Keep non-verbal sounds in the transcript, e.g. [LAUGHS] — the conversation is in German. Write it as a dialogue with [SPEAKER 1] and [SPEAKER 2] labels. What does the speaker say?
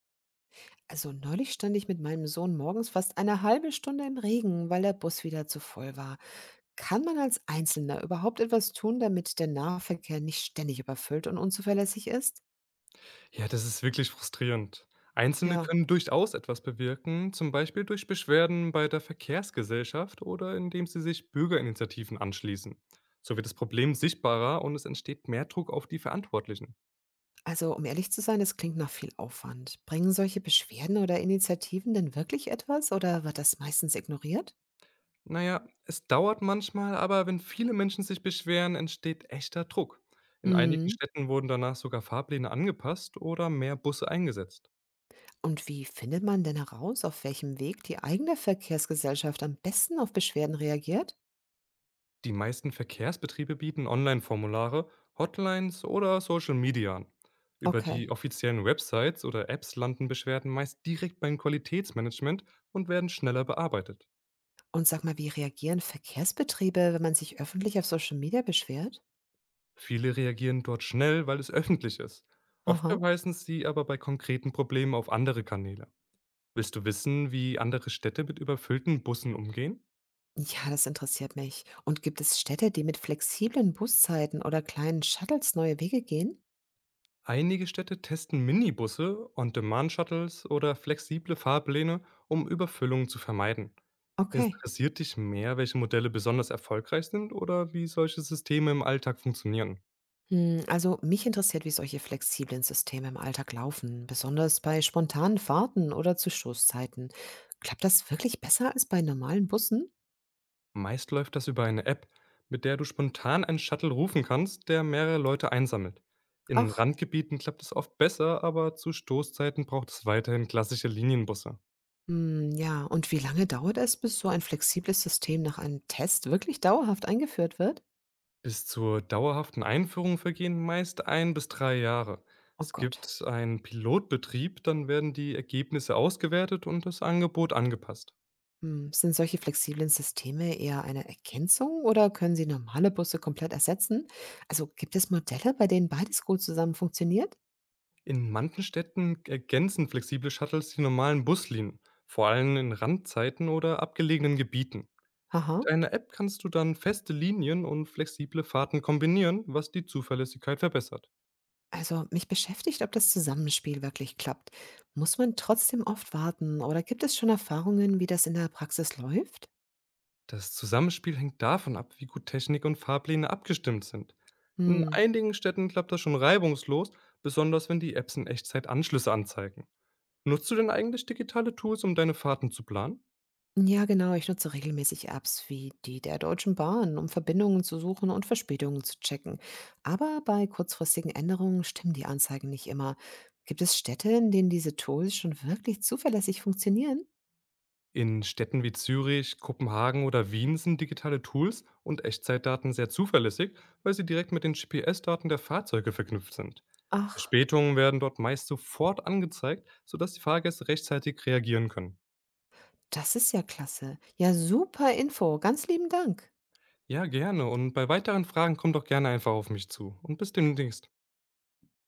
[SPEAKER 1] Also neulich stand ich mit meinem Sohn morgens fast eine halbe Stunde im Regen, weil der Bus wieder zu voll war. Kann man als Einzelner überhaupt etwas tun, damit der Nahverkehr nicht ständig überfüllt und unzuverlässig ist?
[SPEAKER 2] Ja, das ist wirklich frustrierend. Einzelne
[SPEAKER 1] Ja,
[SPEAKER 2] können durchaus etwas bewirken, zum Beispiel durch Beschwerden bei der Verkehrsgesellschaft oder indem sie sich Bürgerinitiativen anschließen. So wird das Problem sichtbarer und es entsteht mehr Druck auf die Verantwortlichen.
[SPEAKER 1] also um ehrlich zu sein, es klingt nach viel Aufwand. Bringen solche Beschwerden oder Initiativen denn wirklich etwas oder wird das meistens ignoriert?
[SPEAKER 2] Naja, es dauert manchmal, aber wenn viele Menschen sich beschweren, entsteht echter Druck. In einigen
[SPEAKER 1] Hm.
[SPEAKER 2] Städten wurden danach sogar Fahrpläne angepasst oder mehr Busse eingesetzt.
[SPEAKER 1] Und wie findet man denn heraus, auf welchem Weg die eigene Verkehrsgesellschaft am besten auf Beschwerden reagiert?
[SPEAKER 2] Die meisten Verkehrsbetriebe bieten Online-Formulare, Hotlines oder Social Media an. Über die
[SPEAKER 1] Okay.
[SPEAKER 2] offiziellen Websites oder Apps landen Beschwerden meist direkt beim Qualitätsmanagement und werden schneller bearbeitet.
[SPEAKER 1] Und sag mal, wie reagieren Verkehrsbetriebe, wenn man sich öffentlich auf Social Media beschwert?
[SPEAKER 2] Viele reagieren dort schnell, weil es [LAUGHS] öffentlich ist. Oft
[SPEAKER 1] Aha.
[SPEAKER 2] verweisen sie aber bei konkreten Problemen auf andere Kanäle. Willst du wissen, wie andere Städte mit überfüllten Bussen umgehen?
[SPEAKER 1] Ja, das interessiert mich. Und gibt es Städte, die mit flexiblen Buszeiten oder kleinen Shuttles neue Wege gehen?
[SPEAKER 2] Einige Städte testen Minibusse, On-Demand-Shuttles oder flexible Fahrpläne, um Überfüllungen zu vermeiden.
[SPEAKER 1] Okay.
[SPEAKER 2] Interessiert dich mehr, welche Modelle besonders erfolgreich sind oder wie solche Systeme im Alltag funktionieren?
[SPEAKER 1] Hm, also mich interessiert, wie solche flexiblen Systeme im Alltag laufen, besonders bei spontanen Fahrten oder zu Stoßzeiten. Klappt das wirklich besser als bei normalen Bussen?
[SPEAKER 2] Meist läuft das über eine App, mit der du spontan einen Shuttle rufen kannst, der mehrere Leute einsammelt. In
[SPEAKER 1] Ach,
[SPEAKER 2] Randgebieten klappt es oft besser, aber zu Stoßzeiten braucht es weiterhin klassische Linienbusse.
[SPEAKER 1] hm, ja. Und wie lange dauert es, bis so ein flexibles System nach einem Test wirklich dauerhaft eingeführt wird?
[SPEAKER 2] Bis zur dauerhaften Einführung vergehen meist ein bis 3 Jahre.
[SPEAKER 1] Oh
[SPEAKER 2] Es
[SPEAKER 1] Gott.
[SPEAKER 2] gibt einen Pilotbetrieb, dann werden die Ergebnisse ausgewertet und das Angebot angepasst.
[SPEAKER 1] Hm, sind solche flexiblen Systeme eher eine Ergänzung oder können sie normale Busse komplett ersetzen? Also gibt es Modelle, bei denen beides gut zusammen funktioniert?
[SPEAKER 2] In manchen Städten ergänzen flexible Shuttles die normalen Buslinien, vor allem in Randzeiten oder abgelegenen Gebieten. Mit
[SPEAKER 1] Aha.
[SPEAKER 2] einer App kannst du dann feste Linien und flexible Fahrten kombinieren, was die Zuverlässigkeit verbessert.
[SPEAKER 1] Also mich beschäftigt, ob das Zusammenspiel wirklich klappt. Muss man trotzdem oft warten oder gibt es schon Erfahrungen, wie das in der Praxis läuft?
[SPEAKER 2] Das Zusammenspiel hängt davon ab, wie gut Technik und Fahrpläne abgestimmt sind. In
[SPEAKER 1] Hm.
[SPEAKER 2] einigen Städten klappt das schon reibungslos, besonders wenn die Apps in Echtzeit Anschlüsse anzeigen. Nutzt du denn eigentlich digitale Tools, um deine Fahrten zu planen?
[SPEAKER 1] Ja, genau. Ich nutze regelmäßig Apps wie die der Deutschen Bahn, um Verbindungen zu suchen und Verspätungen zu checken. Aber bei kurzfristigen Änderungen stimmen die Anzeigen nicht immer. Gibt es Städte, in denen diese Tools schon wirklich zuverlässig funktionieren?
[SPEAKER 2] In Städten wie Zürich, Kopenhagen oder Wien sind digitale Tools und Echtzeitdaten sehr zuverlässig, weil sie direkt mit den GPS-Daten der Fahrzeuge verknüpft sind.
[SPEAKER 1] Ach,
[SPEAKER 2] Verspätungen werden dort meist sofort angezeigt, sodass die Fahrgäste rechtzeitig reagieren können.
[SPEAKER 1] das ist ja klasse. Ja, super Info. Ganz lieben Dank.
[SPEAKER 2] Ja, gerne. Und bei weiteren Fragen komm doch gerne einfach auf mich zu. Und bis demnächst.